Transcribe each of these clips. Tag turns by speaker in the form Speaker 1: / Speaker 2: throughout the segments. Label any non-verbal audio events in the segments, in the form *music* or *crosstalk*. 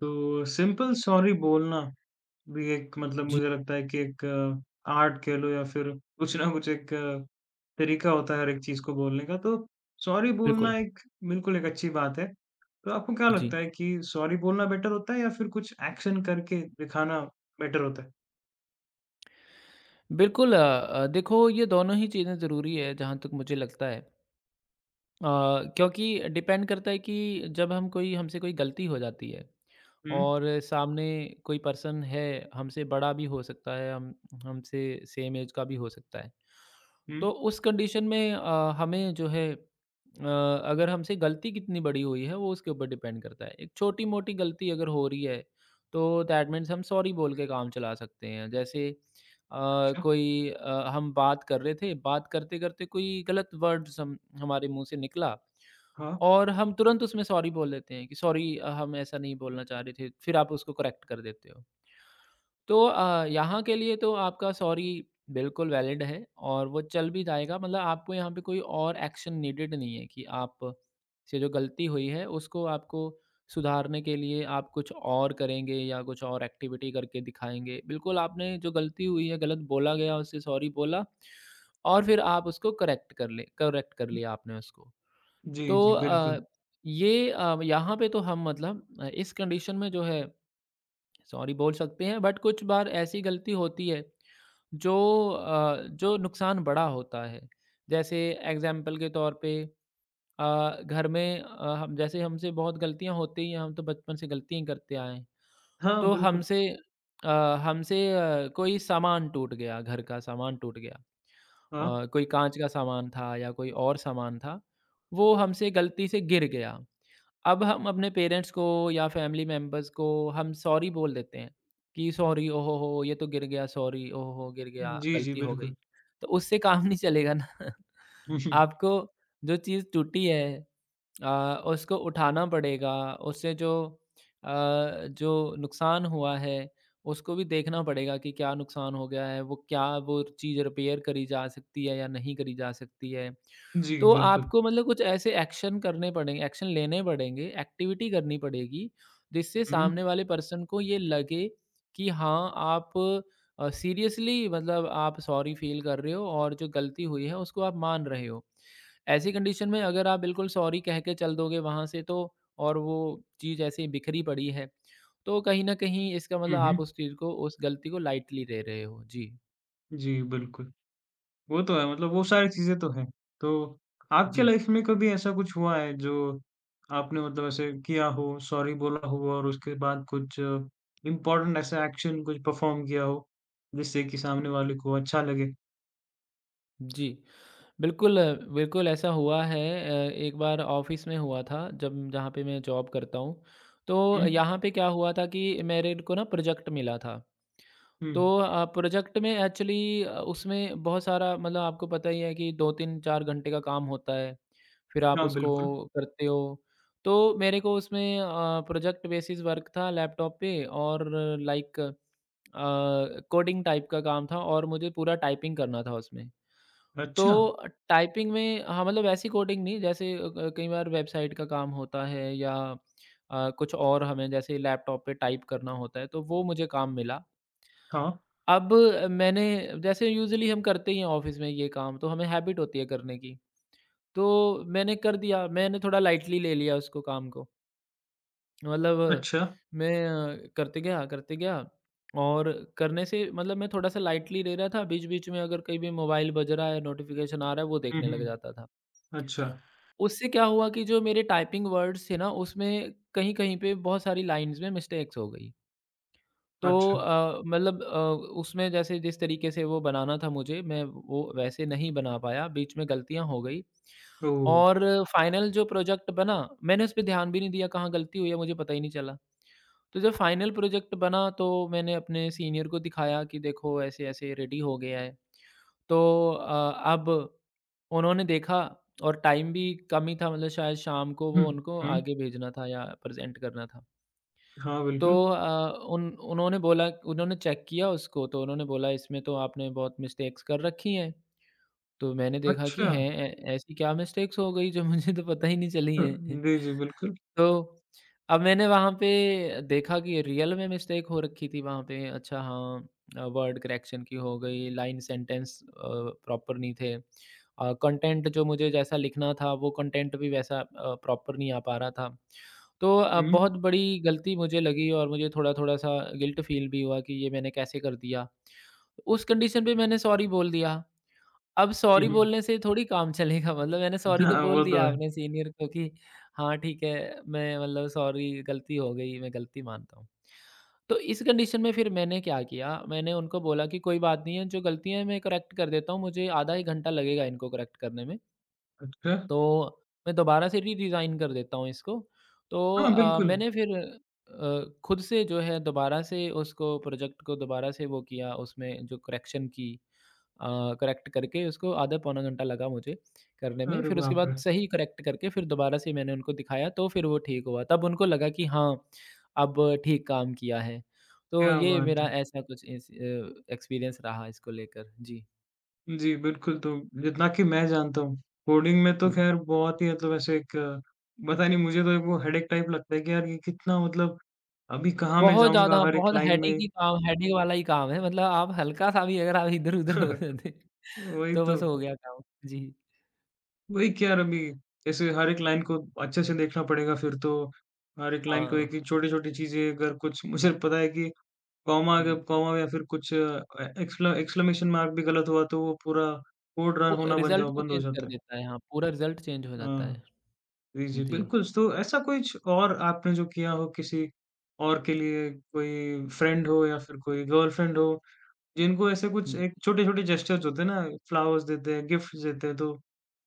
Speaker 1: तो simple sorry बोलना भी एक
Speaker 2: जी,
Speaker 1: मुझे लगता है कि एक आर्ट कह लो या फिर कुछ ना कुछ एक तरीका होता है हर एक चीज़ को बोलने का। तो सॉरी
Speaker 2: बिल्कुल।
Speaker 1: बोलना एक बिल्कुल एक अच्छी बात है। तो आपको क्या
Speaker 2: जी,
Speaker 1: लगता है कि सॉरी बोलना बेटर होता है या फिर कुछ एक्शन करके दिखाना बेटर होता है?
Speaker 2: बिल्कुल देखो ये दोनों ही चीज़ें ज़रूरी है जहाँ तक मुझे लगता है। अ, क्योंकि डिपेंड करता है कि जब हम कोई हमसे कोई गलती हो जाती है
Speaker 1: हुँ,
Speaker 2: और सामने कोई पर्सन है हमसे बड़ा भी हो सकता है, हम हमसे सेम एज का भी हो सकता है।
Speaker 1: हुँ,
Speaker 2: तो उस कंडीशन में हमें जो है अगर हमसे गलती कितनी बड़ी हुई है वो उसके ऊपर डिपेंड करता है। एक छोटी-मोटी गलती अगर हो रही है तो दैट मीन्स हम सॉरी बोल के काम चला सकते हैं। जैसे
Speaker 1: अच्छा।
Speaker 2: कोई हम बात कर रहे थे, बात करते-करते कोई गलत वर्ड्स हम हमारे मुँह से निकला
Speaker 1: हाँ।
Speaker 2: और हम तुरंत उसमें सॉरी बोल देते हैं कि सॉरी हम ऐसा नहीं बोलना चाह रहे थे, फिर आप उसको करेक्ट कर देते हो। तो यहाँ के लिए तो आपका सॉरी बिल्कुल वैलिड है और वो चल भी जाएगा मतलब आपको यहाँ पे कोई और एक्शन नीडेड नहीं है कि आप से जो गलती हुई है उसको आपको सुधारने के लिए आप कुछ और करेंगे या कुछ और एक्टिविटी करके दिखाएँगे। बिल्कुल आपने जो गलती हुई है, गलत बोला गया उससे सॉरी बोला और फिर आप उसको करेक्ट कर लिया आपने उसको।
Speaker 1: जी,
Speaker 2: तो
Speaker 1: जी, बिल्कुल।
Speaker 2: ये यहाँ पे तो हम मतलब इस कंडीशन में जो है सॉरी बोल सकते हैं बट कुछ बार ऐसी गलती होती है जो जो नुकसान बड़ा होता है जैसे एग्जाम्पल के तौर पे घर में हम जैसे हमसे बहुत गलतियां होती हैं हम तो बचपन से गलतियां करते आए हैं
Speaker 1: हाँ,
Speaker 2: तो
Speaker 1: बिल्कुल।
Speaker 2: अ, हमसे कोई सामान टूट गया घर का सामान टूट गया
Speaker 1: हाँ।
Speaker 2: कोई कांच का सामान था या कोई और सामान था वो हमसे गलती से गिर गया अब हम अपने पेरेंट्स को या फैमिली मेंबर्स को हम सॉरी बोल देते हैं कि सॉरी ओ हो ये तो गिर गया सॉरी ओ हो गिर गया
Speaker 1: जी, जी,
Speaker 2: गलती हो गई
Speaker 1: बिल्कुल।
Speaker 2: तो उससे काम *laughs* नहीं चलेगा ना *laughs*
Speaker 1: *laughs*
Speaker 2: आपको जो चीज़ टूटी है उसको उठाना पड़ेगा उससे जो आ, जो नुकसान हुआ है उसको भी देखना पड़ेगा कि क्या नुकसान हो गया है वो क्या वो चीज़ रिपेयर करी जा सकती है या नहीं करी जा सकती है
Speaker 1: जी,
Speaker 2: तो
Speaker 1: बिल्कुल।
Speaker 2: आपको मतलब कुछ ऐसे एक्शन करने पड़ेंगे एक्शन लेने पड़ेंगे, एक्टिविटी करनी पड़ेगी, जिससे
Speaker 1: हुँ।
Speaker 2: सामने वाले पर्सन को ये लगे कि हाँ, आप सीरियसली मतलब आप सॉरी फ़ील कर रहे हो और जो गलती हुई है, उसको आप मान रहे हो। ऐसी कंडीशन में अगर आप बिल्कुल सॉरी कह के चल दोगे वहाँ से तो और वो चीज़ ऐसे ही बिखरी पड़ी है, तो कहीं न कहीं इसका मतलब
Speaker 1: हुँ, हुँ।
Speaker 2: आप उस चीज़ को, उस गलती को लाइटली ले रहे हो। जी।
Speaker 1: जी, बिल्कुल। वो तो है वो सारी चीज़ें तो हैं। तो आपके
Speaker 2: जी।
Speaker 1: लाइफ़ में कभी ऐसा कुछ हुआ है जो आपने ऐसे किया हो, सॉरी बोला हो और उसके बाद कुछ इम्पोर्टेंट ऐसा एक्शन कुछ परफ़ॉर्म किया हो, जिससे कि सामने वाले को अच्छा लगे?
Speaker 2: जी, बिल्कुल, बिल्कुल ऐसा हुआ है। एक बार ऑफ़िस में हुआ था जब जहाँ पे मैं जॉब करता हूँ, तो
Speaker 1: हुँ,
Speaker 2: यहाँ पे क्या हुआ था कि मेरे को ना प्रोजेक्ट मिला था। तो
Speaker 1: हुँ।
Speaker 2: प्रोजेक्ट में एक्चुअली उसमें बहुत सारा मतलब आपको पता ही है कि 2-3-4 घंटे का काम होता है, फिर आप
Speaker 1: हाँ,
Speaker 2: उसको
Speaker 1: बिल्कुल।
Speaker 2: करते हो। तो मेरे को उसमें प्रोजेक्ट बेसिस वर्क था लैपटॉप पे और लाइक कोडिंग टाइप का काम था और मुझे पूरा टाइपिंग करना था उसमें। तो
Speaker 1: अच्छा,
Speaker 2: टाइपिंग में हाँ, मतलब ऐसी कोडिंग नहीं जैसे अ, क कई बार वेबसाइट का काम होता है या कुछ और हमें जैसे लैपटॉप पे टाइप करना होता है, तो वो मुझे काम मिला।
Speaker 1: हाँ,
Speaker 2: अब मैंने जैसे यूज़ुअली हम करते ही हैं ऑफ़िस में ये काम, तो हमें हैबिट होती है करने की। तो मैंने कर दिया, मैंने थोड़ा लाइटली ले लिया उसको काम को। मतलब
Speaker 1: अच्छा।
Speaker 2: मैं करते गया और करने से मतलब मैं थोड़ा-सा लाइटली ले रहा था, बीच-बीच में अगर कहीं भी मोबाइल बज रहा है, नोटिफ़िकेशन आ रहा है, वो
Speaker 1: हुँ,
Speaker 2: देखने लग
Speaker 1: हुँ।
Speaker 2: जाता था।
Speaker 1: अच्छा,
Speaker 2: उससे क्या हुआ कि जो मेरे टाइपिंग वर्ड्स थे ना, उसमें कहीं-कहीं पे बहुत सारी लाइन्स में मिस्टेक्स हो गई। तो
Speaker 1: अच्छा।
Speaker 2: अ, मतलब अ, उसमें जैसे जिस तरीके से वो बनाना था मुझे, मैं वो वैसे नहीं बना पाया, बीच में गलतियाँ हो गई।
Speaker 1: ओह!
Speaker 2: और फाइनल जो प्रोजेक्ट बना, मैंने उसपे ध्यान भी नहीं दिया, कहाँ गलती हुई है, मुझे पता ही नहीं चला। तो जब फाइनल प्रोजेक्ट बना, तो मैंने अपने सीनियर को दिखाया कि देखो ऐसे-ऐसे रेडी हो गया है। तो अब उन्होंने देखा और टाइम भी कम ही था मतलब शायद शाम को
Speaker 1: हुँ,
Speaker 2: वो उनको
Speaker 1: हुँ।
Speaker 2: आगे भेजना था या प्रेज़ेंट करना था।
Speaker 1: हाँ,
Speaker 2: तो
Speaker 1: बिल्कुल।
Speaker 2: अ, उन उन्होंने बोला उन्होंने चेक किया उसको तो उन्होंने बोला इसमें तो आपने बहुत मिस्टेक्स कर रखी हैं। तो मैंने देखा कि
Speaker 1: अच्छा।
Speaker 2: हैं, ऐ ऐसी क्या मिस्टेक्स हो गई जो *laughs* मुझे तो पता ही नहीं चली हैं।
Speaker 1: जी, जी, बिल्कुल।
Speaker 2: तो अब मैंने वहाँ पे देखा कि रियल में मिस्टेक हो रखी थी वहाँ पे। अच्छा हाँ वर्ड करेक्शन की हो गई, लाइन सेंटेंस प्रॉपर नहीं थे। कंटेंट जो मुझे जैसा लिखना था वो कंटेंट भी वैसा प्रॉपर नहीं आ पा रहा था। तो बहुत
Speaker 1: हुँ,
Speaker 2: बड़ी गलती मुझे लगी और मुझे थोड़ा-थोड़ा सा गिल्ट फ़ील भी हुआ कि ये मैंने कैसे कर दिया। उस कंडीशन पे मैंने सॉरी बोल दिया। अब
Speaker 1: हुँ,
Speaker 2: सॉरी
Speaker 1: हुँ।
Speaker 2: बोलने से थोड़ी काम चलेगा मतलब मैंने सॉरी तो
Speaker 1: हाँ,
Speaker 2: बोल
Speaker 1: वो तो
Speaker 2: दिया
Speaker 1: है।
Speaker 2: आपने सीनियर को कि हाँ ठीक है, मैं मतलब सॉरी गलती हो गई, मैं गलती मानता हूँ। तो इस कंडीशन में फिर मैंने क्या किया, मैंने उनको बोला कि कोई बात नहीं है, जो गलतियाँ हैं मैं करेक्ट कर देता हूँ, मुझे आधा 1 घंटा लगेगा इनको करेक्ट करने में,
Speaker 1: अच्छा।
Speaker 2: तो मैं दोबारा से री-डिज़ाइन कर देता हूँ इसको। तो
Speaker 1: हाँ, बिल्कुल।
Speaker 2: मैंने फिर खुद से जो है दोबारा से उसको प्रोजेक्ट को दोबारा से वो किया, उसमें जो करेक्शन की। करेक्ट करके उसको आधा पौना घंटा लगा मुझे करने में।
Speaker 1: अरे
Speaker 2: फिर उसके
Speaker 1: बाप
Speaker 2: बाद
Speaker 1: रे!
Speaker 2: सही करेक्ट करके फिर दोबारा से मैंने उनको दिखाया तो फिर वो ठीक हुआ। तब उनको लगा कि हाँ, अब ठीक काम किया है। तो
Speaker 1: क्या
Speaker 2: ये
Speaker 1: बात
Speaker 2: मेरा
Speaker 1: है।
Speaker 2: ऐसा कुछ इस एक्सपीरियंस रहा इसको लेकर। जी।
Speaker 1: जी, बिल्कुल, तो जितना कि मैं जानता हूँ, कोडिंग में तो ख़ैर बहुत ही ऐसे एक पता नहीं मुझे तो एक वो हेडेक टाइप लगता है कि यार ये कितना अभी कहाँ मैं
Speaker 2: बहुत
Speaker 1: जाऊँगा
Speaker 2: ज़्यादा,
Speaker 1: हर एक
Speaker 2: बहुत
Speaker 1: लाइन में।
Speaker 2: हेडेक वाला ही काम है। मतलब आप हल्का-सा भी अगर आप इधर-उधर हो
Speaker 1: *laughs*
Speaker 2: जाते
Speaker 1: वही
Speaker 2: तो बस
Speaker 1: तो,
Speaker 2: हो गया काम। जी।
Speaker 1: वही कि यार अभी जैसे हर एक लाइन को अच्छे से देखना पड़ेगा फिर तो, हर एक लाइन को
Speaker 2: हाँ।
Speaker 1: एक एक छोटी-छोटी चीज़ें अगर कुछ *laughs* मुझे पता है कि कॉमा
Speaker 2: हुँ।
Speaker 1: अगर कॉमा या फिर कुछ एक्सक्ला एक्सक्लेमेशन मार्क भी गलत हुआ तो वो पूरा कोड रन
Speaker 2: वो
Speaker 1: होना बन
Speaker 2: रिज़ल्ट
Speaker 1: जाओ
Speaker 2: को
Speaker 1: बंद हो
Speaker 2: चेंज कर
Speaker 1: जाता
Speaker 2: देता है। हाँ, पूरा रिज़ल्ट चेंज हो
Speaker 1: है।
Speaker 2: जाता है।
Speaker 1: हाँ। जी, जी,
Speaker 2: जी।
Speaker 1: बिल्कुल, तो ऐसा कुछ और आपने जो किया हो किसी और के लिए, कोई फ्रेंड हो या फिर कोई गर्लफ्रेंड हो, जिनको ऐसे कुछ एक छोटे-छोटे जेस्चर्स होते हैं ना, फ्लावर्स देते हैं, गिफ्ट्स देते हैं, तो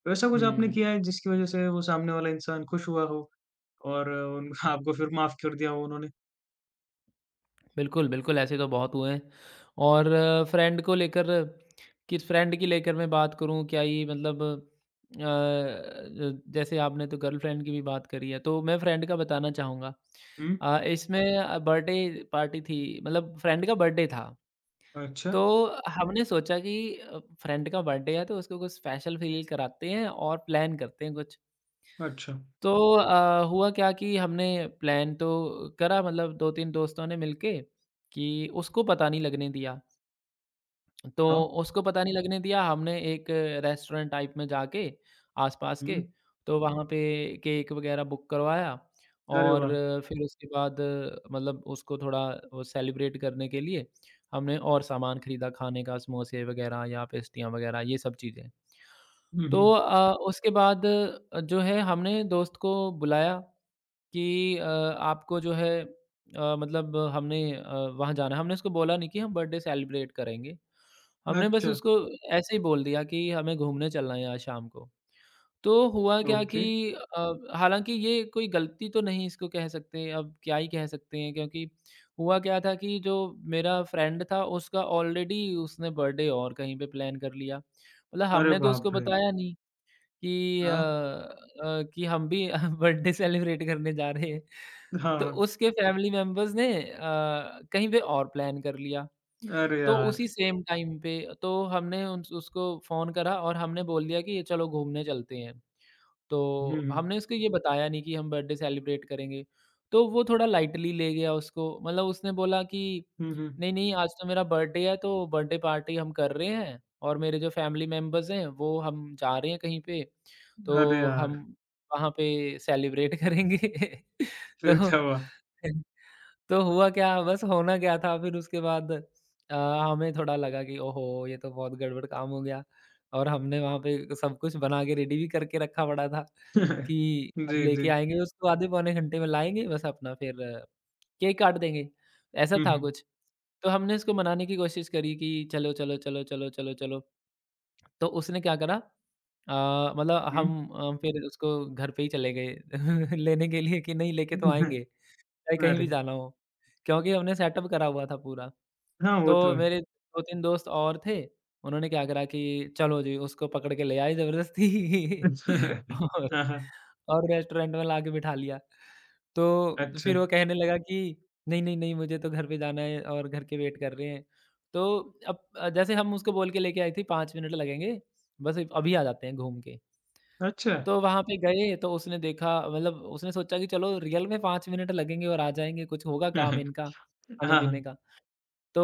Speaker 1: वैसा कुछ आपने
Speaker 2: हुँ।
Speaker 1: किया है जिसकी वजह से वो सामने वाला इंसान खुश हुआ हो और उन *laughs* आपको फिर माफ़ कर दिया हो उन्होंने?
Speaker 2: बिल्कुल, बिल्कुल, ऐसे तो बहुत हुए हैं और फ्रेंड को लेकर किस फ्रेंड की लेकर मैं बात करूँ, क्या ये मतलब अ, ज जैसे आपने तो गर्लफ्रेंड की भी बात करी है, तो मैं फ्रेंड का बताना चाहूँगा।
Speaker 1: हुँ,
Speaker 2: इसमें बर्थडे पार्टी थी, मतलब फ्रेंड का बर्थडे था,
Speaker 1: अच्छा,
Speaker 2: तो हमने सोचा कि फ्रेंड का बर्थडे है, तो उसको कुछ स्पेशल फ़ील कराते हैं और प्लान करते हैं कुछ।
Speaker 1: अच्छा,
Speaker 2: तो हुआ क्या कि हमने प्लान तो करा मतलब 2-3 दोस्तों ने मिलके कि उसको पता नहीं लगने दिया। तो
Speaker 1: हाँ,
Speaker 2: उसको पता नहीं लगने दिया हमने एक रेस्टोरेंट टाइप में जाके आस-पास के
Speaker 1: हुँ,
Speaker 2: तो वहाँ पे केक वग़ैरह बुक करवाया
Speaker 1: अरे
Speaker 2: और
Speaker 1: वाह!
Speaker 2: फिर उसके बाद मतलब उसको थोड़ा वो सेलिब्रेट करने के लिए हमने और सामान खरीदा खाने का समोसे वग़ैरह या पेस्ट्रियाँ वग़ैरह ये सब चीज़ें।
Speaker 1: हुँ,
Speaker 2: तो
Speaker 1: हुँ,
Speaker 2: उसके बाद जो है हमने दोस्त को बुलाया कि आपको जो है वहाँ जाना है। हमने उसको बोला नहीं कि हम बर्थडे सेलिब्रेट करेंगे। हमने बस
Speaker 1: अच्छा,
Speaker 2: उसको ऐसे ही बोल दिया कि हमें घूमने चलना है आज शाम को। तो हुआ क्या कि
Speaker 1: ओके,
Speaker 2: हालाँकि ये कोई गलती तो नहीं इसको कह सकते, अब क्या ही कह सकते हैं क्योंकि हुआ क्या था कि जो मेरा फ्रेंड था उसका ऑलरेडी उसने बर्थडे और कहीं पे प्लान कर लिया। मतलब
Speaker 1: अरे
Speaker 2: हमने तो
Speaker 1: बाप
Speaker 2: उसको
Speaker 1: रे!
Speaker 2: बताया नहीं। कि
Speaker 1: हाँ,
Speaker 2: कि हम भी *laughs* बर्थडे सेलिब्रेट करने जा रहे हैं।
Speaker 1: हाँ,
Speaker 2: तो
Speaker 1: हाँ,
Speaker 2: उसके फैमिली मेंबर्स ने कहीं पे और प्लान कर लिया।
Speaker 1: अरे
Speaker 2: तो
Speaker 1: यार!
Speaker 2: उसी सेम टाइम पे तो हमने उन उसको फ़ोन करा और हमने बोल दिया कि ये चलो घूमने चलते हैं।
Speaker 1: हुँ,
Speaker 2: तो
Speaker 1: हुँ,
Speaker 2: हमने उसको ये बताया नहीं कि हम बर्थडे सेलिब्रेट करेंगे। तो वो थोड़ा लाइटली ले गया उसको मतलब उसने बोला कि
Speaker 1: हुँ, हुँ,
Speaker 2: नहीं, नहीं आज तो मेरा बर्थडे है तो बर्थडे पार्टी हम कर रहे हैं और मेरे जो फैमिली मेंबर्स हैं वो हम जा रहे हैं कहीं पे,
Speaker 1: अरे
Speaker 2: तो हम
Speaker 1: यार!
Speaker 2: वहाँ पे सेलिब्रेट करेंगे। *laughs*
Speaker 1: फिर
Speaker 2: तो
Speaker 1: क्या हुआ?
Speaker 2: *laughs* तो हुआ क्या, बस होना क्या था फिर उसके बाद हमें थोड़ा लगा कि ओहो! ये तो बहुत गड़बड़ काम हो गया और हमने वहाँ पे सब कुछ बना के रेडी भी करके रखा पड़ा था कि
Speaker 1: *laughs*
Speaker 2: हम
Speaker 1: जी,
Speaker 2: लेके
Speaker 1: जी।
Speaker 2: आएँगे उसको आधे पौने घंटे में लाएँगे बस अपना फिर केक काट देंगे, ऐसा
Speaker 1: हुँ,
Speaker 2: था
Speaker 1: हुँ।
Speaker 2: कुछ। तो हमने उसको मनाने की कोशिश करी कि चलो, चलो, चलो, चलो, चलो, चलो। तो उसने क्या करा अ, मतलब हम
Speaker 1: हुँ।
Speaker 2: फिर उसको घर पे ही चले गए *laughs* लेने के लिए कि नहीं लेके तो
Speaker 1: *laughs*
Speaker 2: आएँगे। चाहे कहीं भी
Speaker 1: अरे!
Speaker 2: जाना हो, क्योंकि हमने सेटअप करा हुआ था पूरा।
Speaker 1: हाँ, वो
Speaker 2: तो
Speaker 1: तो है।
Speaker 2: मेरे 2-3 दोस्त और थे, उन्होंने क्या करा कि चलो जी, उसको पकड़ के ले आए ज़बरदस्ती
Speaker 1: *laughs*
Speaker 2: *laughs* और
Speaker 1: हाँ, हाँ।
Speaker 2: रेस्टोरेंट में लाके बिठा लिया। तो
Speaker 1: अच्छा,
Speaker 2: फिर वो कहने लगा कि, "नहीं, नहीं, नहीं, मुझे तो घर पे जाना है और घर के वेट कर रहे हैं।" तो अब जैसे हम उसको बोल के लेके आए थे 5 मिनट लगेंगे, बस अभी आ जाते हैं घूम के।
Speaker 1: अच्छा।
Speaker 2: तो वहाँ पे गए तो उसने देखा मतलब उसने सोचा कि चलो रियल में 5 मिनट लगेंगे और आ जाएँगे, कुछ होगा काम
Speaker 1: *laughs*
Speaker 2: इनका
Speaker 1: हाँ,
Speaker 2: खाने-पीने
Speaker 1: हाँ।
Speaker 2: का। तो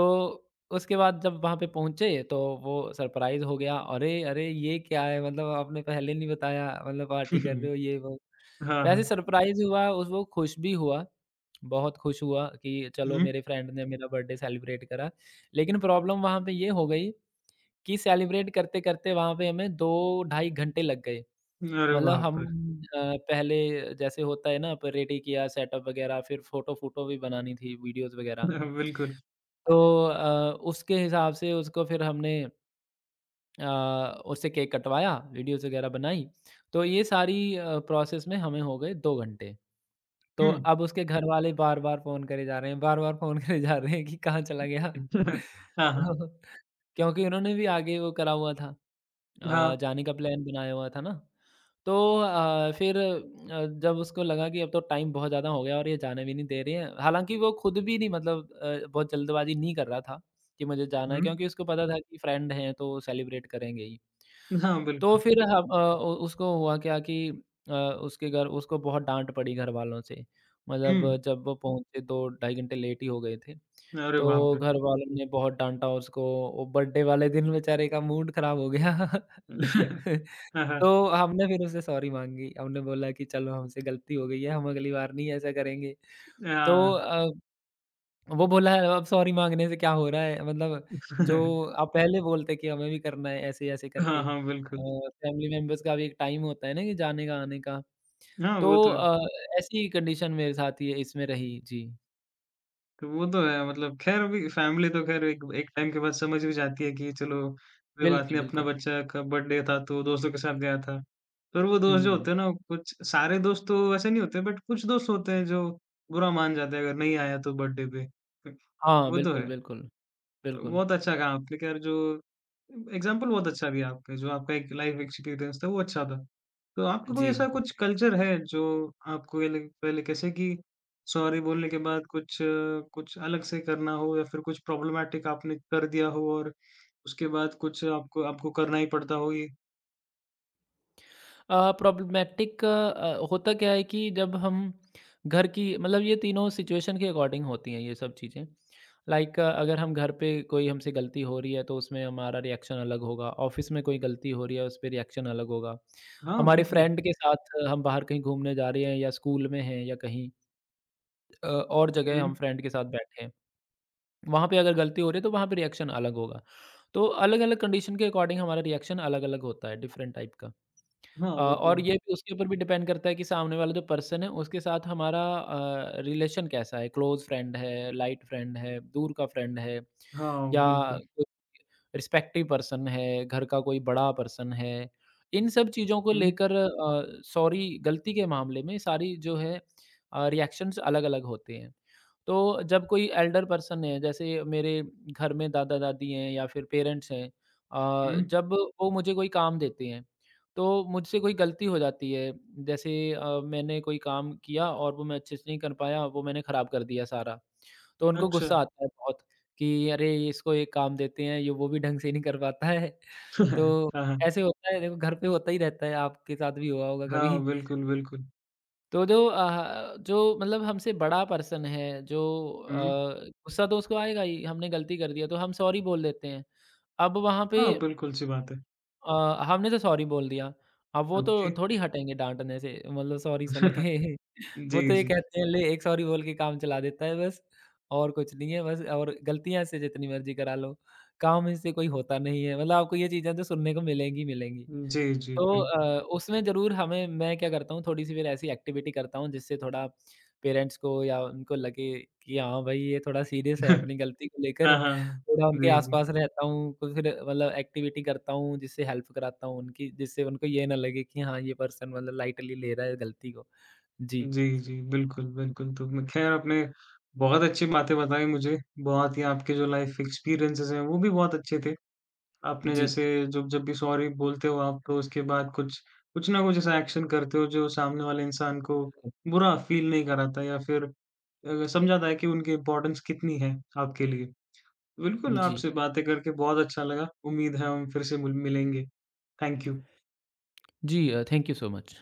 Speaker 2: उसके बाद जब वहाँ पे पहुँचे तो वो सरप्राइज़ हो गया, "अरे! अरे! ये क्या है? मतलब आपने पहले नहीं बताया, मतलब पार्टी कर रहे
Speaker 1: *laughs*
Speaker 2: हो ये वो।"
Speaker 1: हाँ,
Speaker 2: वैसे
Speaker 1: हाँ।
Speaker 2: सरप्राइज़ हुआ उस वो खुश भी हुआ, बहुत खुश हुआ कि चलो
Speaker 1: हुँ।
Speaker 2: मेरे फ्रेंड ने मेरा बर्थडे सेलिब्रेट करा। लेकिन प्रॉब्लम वहाँ पे ये हो गई कि सेलिब्रेट करते-करते वहाँ पे हमें 2 ढाई घंटे लग गए।
Speaker 1: अरे
Speaker 2: मतलब
Speaker 1: बाप
Speaker 2: हम
Speaker 1: रे!
Speaker 2: पहले जैसे होता है ना प रेडी किया सेटअप वगैरह फिर फ़ोटो-फ़ोटो भी बनानी थी, वीडियोज़ वगैरह।
Speaker 1: *laughs* बिल्कुल।
Speaker 2: तो उसके हिसाब से उसको फिर हमने अ, उससे केक कटवाया, वीडियोज़ वगैरह बनाई। तो ये सारी प्रोसेस में हमें हो गए 2 घंटे। तो
Speaker 1: हुँ।
Speaker 2: अब उसके घरवाले बार-बार फ़ोन करे जा रहे हैं, बार-बार फ़ोन करे जा रहे हैं कि कहाँ चला गया? *laughs*
Speaker 1: *laughs* हाँ, हाँ।
Speaker 2: तो क्योंकि उन्होंने भी आगे वो करा हुआ था।
Speaker 1: हाँ।
Speaker 2: जाने का प्लान बनाया हुआ था ना, तो फिर जब उसको लगा कि अब तो टाइम बहुत ज़्यादा हो गया और ये जाने भी नहीं दे रहे हैं, हालाँकि वो खुद भी नहीं मतलब बहुत जल्दबाजी नहीं कर रहा था कि मुझे जाना है,
Speaker 1: हुँ।
Speaker 2: क्योंकि उसको पता था कि फ्रेंड हैं तो सेलिब्रेट करेंगे ही।
Speaker 1: हाँ,
Speaker 2: तो
Speaker 1: बिल्कुल।
Speaker 2: फिर हम उ उसको हुआ क्या कि उसके घर उसको बहुत डाँट पड़ी घरवालों से, मतलब
Speaker 1: हुँ।
Speaker 2: जब वो पहुँचे 2 ढाई घंटे लेट ही हो गए थे,
Speaker 1: अरे बाप
Speaker 2: तो
Speaker 1: रे!
Speaker 2: घरवालों ने बहुत डाँटा उसको, वो बर्थडे वाले दिन बेचारे का मूड खराब हो गया। *laughs*
Speaker 1: *laughs*
Speaker 2: *laughs*
Speaker 1: हाँ, हाँ।
Speaker 2: तो हमने फिर उससे सॉरी माँगी। हमने बोला कि चलो हमसे गलती हो गई है, हम अगली बार नहीं ऐसा करेंगे। तो
Speaker 1: हाँ।
Speaker 2: वो बोला अब सॉरी माँगने से क्या हो रहा है? मतलब जो
Speaker 1: *laughs*
Speaker 2: आप पहले बोलते कि हमें भी करना है ऐसे-ऐसे
Speaker 1: हाँ,
Speaker 2: करके।
Speaker 1: हाँ, बिल्कुल।
Speaker 2: फैमिली मेंबर्स का भी एक टाइम होता है ना कि जाने का, आने का।
Speaker 1: हाँ, वो
Speaker 2: तो
Speaker 1: तो है।
Speaker 2: ऐसी कंडीशन मेरे साथ ये इसमें रही। जी।
Speaker 1: तो वो तो है ख़ैर अभी फैमिली तो ख़ैर एक एक टाइम के बाद समझ भी जाती है कि चलो कोई बात
Speaker 2: बिल्कुल,
Speaker 1: नहीं अपना
Speaker 2: बिल्कुल।
Speaker 1: बच्चा का बर्थडे था तो दोस्तों के साथ गया था। पर वो दोस्त जो
Speaker 2: हुँ।
Speaker 1: होते हैं ना कुछ सारे दोस्त तो वैसे नहीं होते बट कुछ दोस्त होते हैं जो बुरा मान जाते हैं अगर नहीं आया तो बर्थडे पे। तो
Speaker 2: हाँ,
Speaker 1: वो तो
Speaker 2: बिल्कुल,
Speaker 1: है।
Speaker 2: बिल्कुल। बिल्कुल।
Speaker 1: बहुत अच्छा काम आपने किया और जो एग्ज़ाम्पल बहुत अच्छा दिया आपका, जो आपका एक लाइफ़ एक्सपीरियंस था वो अच्छा था। तो आपका कोई
Speaker 2: जी।
Speaker 1: ऐसा कुछ कल्चर है जो आपको ये लग पहले कैसे कि सॉरी बोलने के बाद कुछ कुछ अलग से करना हो या फिर कुछ प्रॉब्लमैटिक आपने कर दिया हो और उसके बाद कुछ आपको आपको करना ही पड़ता हो ये?
Speaker 2: प्रॉब्लमैटिक होता क्या है कि जब हम घर की मतलब ये तीनों सिचुएशन के अकॉर्डिंग होती हैं ये सब चीज़ें। लाइक अगर हम घर पे कोई हमसे गलती हो रही है तो उसमें हमारा रिएक्शन अलग होगा, ऑफ़िस में कोई गलती हो रही है उस पे रिएक्शन अलग होगा।
Speaker 1: हाँ,
Speaker 2: हमारे
Speaker 1: बिल्कुल।
Speaker 2: फ्रेंड के साथ हम बाहर कहीं घूमने जा रहे हैं या स्कूल में हैं या कहीं और जगह
Speaker 1: हुँ,
Speaker 2: हम फ्रेंड के साथ बैठे हैं, वहाँ पे अगर गलती हो रही है तो वहाँ पे रिएक्शन अलग होगा। तो अलग-अलग कंडीशन के अकॉर्डिंग हमारा रिएक्शन अलग-अलग होता है, डिफरेंट टाइप का।
Speaker 1: हाँ, वो तो
Speaker 2: और
Speaker 1: है।
Speaker 2: ये भी उसके ऊपर भी डिपेंड करता है कि सामने वाला जो पर्सन है उसके साथ हमारा रिलेशन कैसा है, क्लोज़ फ्रेंड है, लाइट फ्रेंड है, दूर का फ्रेंड है
Speaker 1: हाँ,
Speaker 2: या
Speaker 1: बिल्कुल।
Speaker 2: हुँ। रिस्पेक्टिव पर्सन है, घर का कोई बड़ा पर्सन है, इन सब चीज़ों को
Speaker 1: हुँ,
Speaker 2: लेकर सॉरी गलती के मामले में सारी जो है रिएक्शंस अलग-अलग होते हैं। तो जब कोई एल्डर पर्सन है, जैसे मेरे घर में दादा-दादी हैं या फिर पेरेंट्स हैं
Speaker 1: हुँ,
Speaker 2: जब वो मुझे कोई काम देते हैं, तो मुझसे कोई गलती हो जाती है, जैसे मैंने कोई काम किया और वो मैं अच्छे से नहीं कर पाया, वो मैंने खराब कर दिया सारा, तो उनको
Speaker 1: अच्छा।
Speaker 2: गुस्सा आता है बहुत। कि अरे! इसको एक काम देते हैं, ये वो भी ढंग से नहीं कर पाता है।
Speaker 1: *laughs* हाँ,
Speaker 2: तो
Speaker 1: हाँ।
Speaker 2: ऐसे होता है देखो घर पे होता ही रहता है, आपके साथ भी हुआ होगा
Speaker 1: हाँ,
Speaker 2: कभी।
Speaker 1: बिल्कुल, बिल्कुल।
Speaker 2: तो जो जो मतलब हमसे बड़ा पर्सन है, जो
Speaker 1: हुँ,
Speaker 2: अ, गुस्सा तो उसको आएगा ही, हमने गलती कर दिया तो हम सॉरी बोल देते हैं। अब वहाँ पे
Speaker 1: हाँ, बिल्कुल सी बात है।
Speaker 2: अ, हमने तो सॉरी बोल दिया, अब वो तो
Speaker 1: ओके।
Speaker 2: थोड़ी हटेंगे डाँटने से मतलब सॉरी सुन
Speaker 1: *laughs*
Speaker 2: के। *laughs* वो
Speaker 1: जी,
Speaker 2: तो ये
Speaker 1: जी।
Speaker 2: कहते हैं ले एक सॉरी बोल के काम चला देता है बस और कुछ नहीं है बस और गलतियाँ से जितनी मर्ज़ी करा लो, काम इससे कोई होता नहीं है। मतलब आपको ये चीज़ें तो सुनने को मिलेंगी, मिलेंगी।
Speaker 1: जी, जी,
Speaker 2: तो
Speaker 1: बिल्कुल।
Speaker 2: उसमें ज़रूर हमें मैं क्या करता हूँ थोड़ी-सी फिर ऐसी एक्टिविटी करता हूँ जिससे थोड़ा पेरेंट्स को या उनको लगे कि हाँ भाई ये थोड़ा सीरियस है
Speaker 1: *laughs*
Speaker 2: अपनी गलती को लेकर,
Speaker 1: हाँ, हाँ।
Speaker 2: थोड़ा उनके
Speaker 1: जी, जी।
Speaker 2: आस-पास रहता हूँ, तो फिर मतलब एक्टिविटी करता हूँ जिससे हेल्प कराता हूँ उनकी, जिससे उनको ये ना लगे कि हाँ ये पर्सन मतलब लाइटली ले रहा है गलती को। जी,
Speaker 1: जी, जी, बिल्कुल, बिल्कुल। तो म ख़ैर आपने बहुत अच्छी बातें बताई मुझे, बहुत ही आपके जो लाइफ़ एक्सपीरियंसेस हैं, वो भी बहुत अच्छे थे। आपने
Speaker 2: जी।
Speaker 1: जैसे जब जब भी सॉरी बोलते हो आप, तो उसके बाद कुछ कुछ ना कुछ ऐसा एक्शन करते हो, जो सामने वाले इंसान को बुरा फ़ील नहीं कराता या फिर समझाता है कि उनकी इम्पोर्टेंस कितनी है आपके लिए। बिल्कुल,
Speaker 2: जी।
Speaker 1: आपसे बातें करके बहुत अच्छा लगा। उम्मीद है हम फिर से मुल मिलेंगे। Thank you.
Speaker 2: जी थैंक यू सो मच।